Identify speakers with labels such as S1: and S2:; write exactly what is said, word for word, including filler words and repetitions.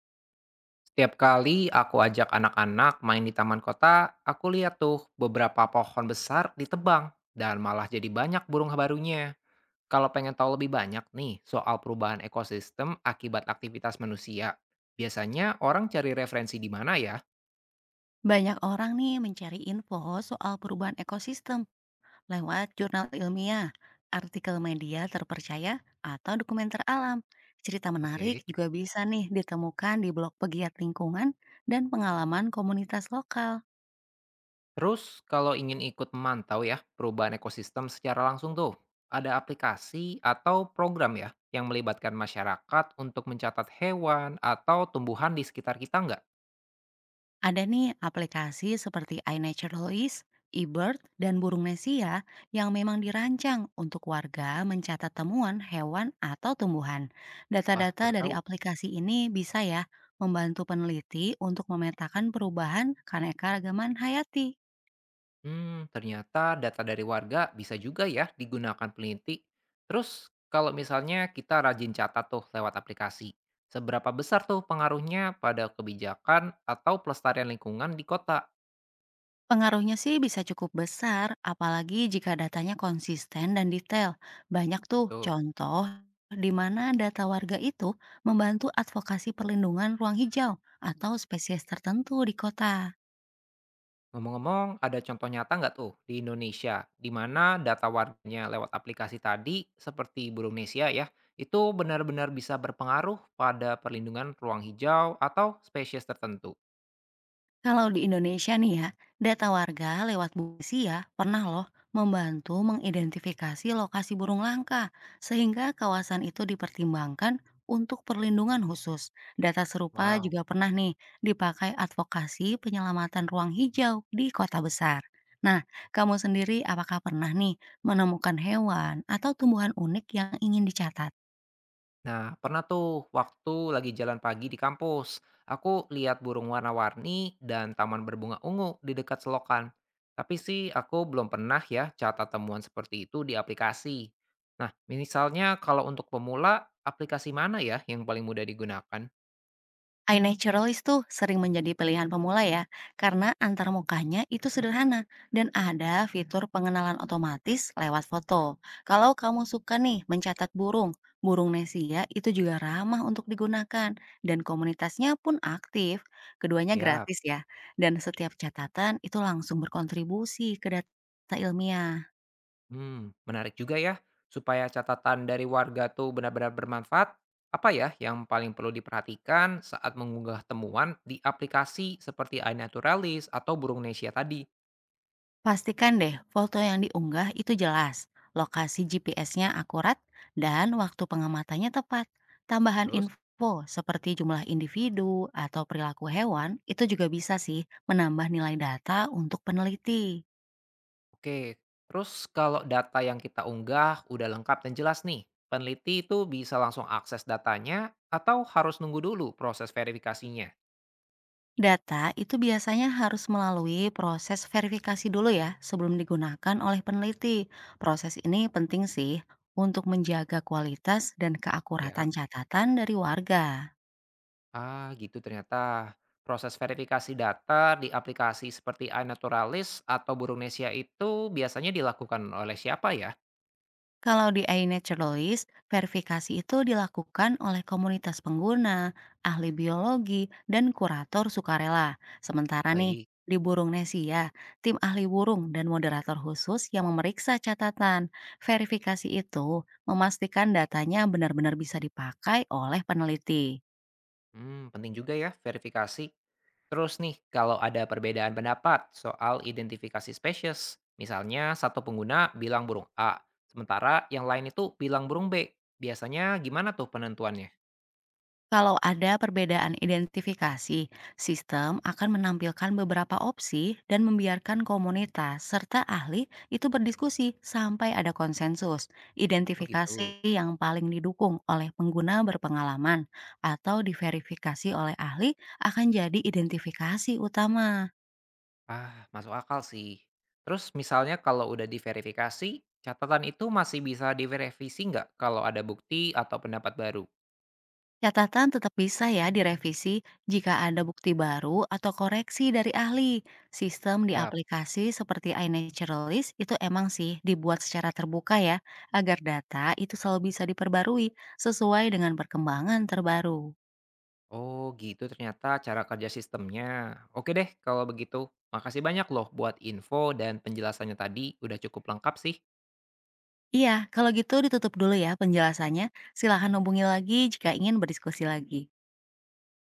S1: Tiap kali aku ajak anak-anak main di taman kota, aku lihat tuh beberapa pohon besar ditebang dan malah jadi banyak burung barunya. Kalau pengen tahu lebih banyak nih soal perubahan ekosistem akibat aktivitas manusia, biasanya orang cari referensi di mana ya?
S2: Banyak orang nih mencari info soal perubahan ekosistem lewat jurnal ilmiah, artikel media terpercaya, atau dokumenter alam. Cerita menarik
S1: Oke.
S2: juga bisa nih ditemukan di blog pegiat lingkungan dan pengalaman komunitas lokal.
S1: Terus kalau ingin ikut memantau ya perubahan ekosistem secara langsung tuh, ada aplikasi atau program ya yang melibatkan masyarakat untuk mencatat hewan atau tumbuhan di sekitar kita nggak?
S2: Ada nih aplikasi seperti iNaturalist, eBird, dan Burung Nesia yang memang dirancang untuk warga mencatat temuan hewan atau tumbuhan.
S1: Wah,
S2: Data-data
S1: baru
S2: dari
S1: tahu.
S2: aplikasi ini bisa ya membantu peneliti untuk memetakan perubahan keanekaragaman hayati.
S1: Hmm, ternyata data dari warga bisa juga ya digunakan peneliti. Terus kalau misalnya kita rajin catat tuh lewat aplikasi, seberapa besar tuh pengaruhnya pada kebijakan atau pelestarian lingkungan di kota?
S2: Pengaruhnya sih bisa cukup besar, apalagi jika datanya konsisten dan detail. Banyak tuh
S1: Betul.
S2: contoh di mana data warga itu membantu advokasi perlindungan ruang hijau atau spesies tertentu di kota.
S1: Ngomong-ngomong, ada contoh nyata nggak tuh di Indonesia, di mana data warganya lewat aplikasi tadi, seperti Indonesia ya, itu benar-benar bisa berpengaruh pada perlindungan ruang hijau atau spesies tertentu?
S2: Kalau di Indonesia nih ya, data warga lewat busi ya pernah loh membantu mengidentifikasi lokasi burung langka sehingga kawasan itu dipertimbangkan untuk perlindungan khusus. Data serupa
S1: Wow.
S2: juga pernah nih dipakai advokasi penyelamatan ruang hijau di kota besar. Nah, kamu sendiri apakah pernah nih menemukan hewan atau tumbuhan unik yang ingin dicatat?
S1: Nah, pernah tuh waktu lagi jalan pagi di kampus, aku lihat burung warna-warni dan taman berbunga ungu di dekat selokan. Tapi sih aku belum pernah ya catat temuan seperti itu di aplikasi. Nah, misalnya kalau untuk pemula, aplikasi mana ya yang paling mudah digunakan?
S2: iNaturalist tuh sering menjadi pilihan pemula ya, karena antarmukanya itu sederhana dan ada fitur pengenalan otomatis lewat foto. Kalau kamu suka nih mencatat burung, burung Nesia itu juga ramah untuk digunakan dan komunitasnya pun aktif. Keduanya
S1: Siap.
S2: gratis ya, dan setiap catatan itu langsung berkontribusi ke data ilmiah.
S1: Hmm, menarik juga ya. Supaya catatan dari warga tuh benar-benar bermanfaat, apa ya yang paling perlu diperhatikan saat mengunggah temuan di aplikasi seperti iNaturalis atau Burung Nesia tadi?
S2: Pastikan deh foto yang diunggah itu jelas, lokasi G P S-nya akurat, dan waktu pengamatannya tepat. Tambahan
S1: Terus?
S2: info seperti jumlah individu atau perilaku hewan itu juga bisa sih menambah nilai data untuk peneliti.
S1: Oke, terus kalau data yang kita unggah udah lengkap dan jelas nih, peneliti itu bisa langsung akses datanya atau harus nunggu dulu proses verifikasinya?
S2: Data itu biasanya harus melalui proses verifikasi dulu ya sebelum digunakan oleh peneliti. Proses ini penting sih untuk menjaga kualitas dan keakuratan
S1: Ya.
S2: catatan dari warga.
S1: Ah, gitu ternyata. Proses verifikasi data di aplikasi seperti iNaturalis atau Burungnesia itu biasanya dilakukan oleh siapa ya?
S2: Kalau di iNaturalist, verifikasi itu dilakukan oleh komunitas pengguna, ahli biologi, dan kurator sukarela. Sementara nih,
S1: Baik.
S2: di Burung Nesia, tim ahli burung dan moderator khusus yang memeriksa catatan. Verifikasi itu memastikan datanya benar-benar bisa dipakai oleh peneliti.
S1: Hmm, penting juga ya verifikasi. Terus nih, kalau ada perbedaan pendapat soal identifikasi spesies, misalnya satu pengguna bilang burung A, sementara yang lain itu bilang burung B, biasanya gimana tuh penentuannya?
S2: Kalau ada perbedaan identifikasi, sistem akan menampilkan beberapa opsi dan membiarkan komunitas serta ahli itu berdiskusi sampai ada konsensus.
S1: Oh gitu.
S2: Identifikasi yang paling didukung oleh pengguna berpengalaman atau diverifikasi oleh ahli akan jadi identifikasi utama.
S1: Ah, masuk akal sih. Terus misalnya kalau udah diverifikasi, catatan itu masih bisa diverifikasi nggak kalau ada bukti atau pendapat baru?
S2: Catatan tetap bisa ya direvisi jika ada bukti baru atau koreksi dari ahli. Sistem di
S1: Yap.
S2: aplikasi seperti iNaturalist itu emang sih dibuat secara terbuka ya, agar data itu selalu bisa diperbarui sesuai dengan perkembangan terbaru.
S1: Oh gitu ternyata cara kerja sistemnya. Oke deh kalau begitu. Makasih banyak loh buat info dan penjelasannya tadi. Udah cukup lengkap sih.
S2: Iya, kalau gitu ditutup dulu ya penjelasannya. Silahkan hubungi lagi jika ingin berdiskusi lagi.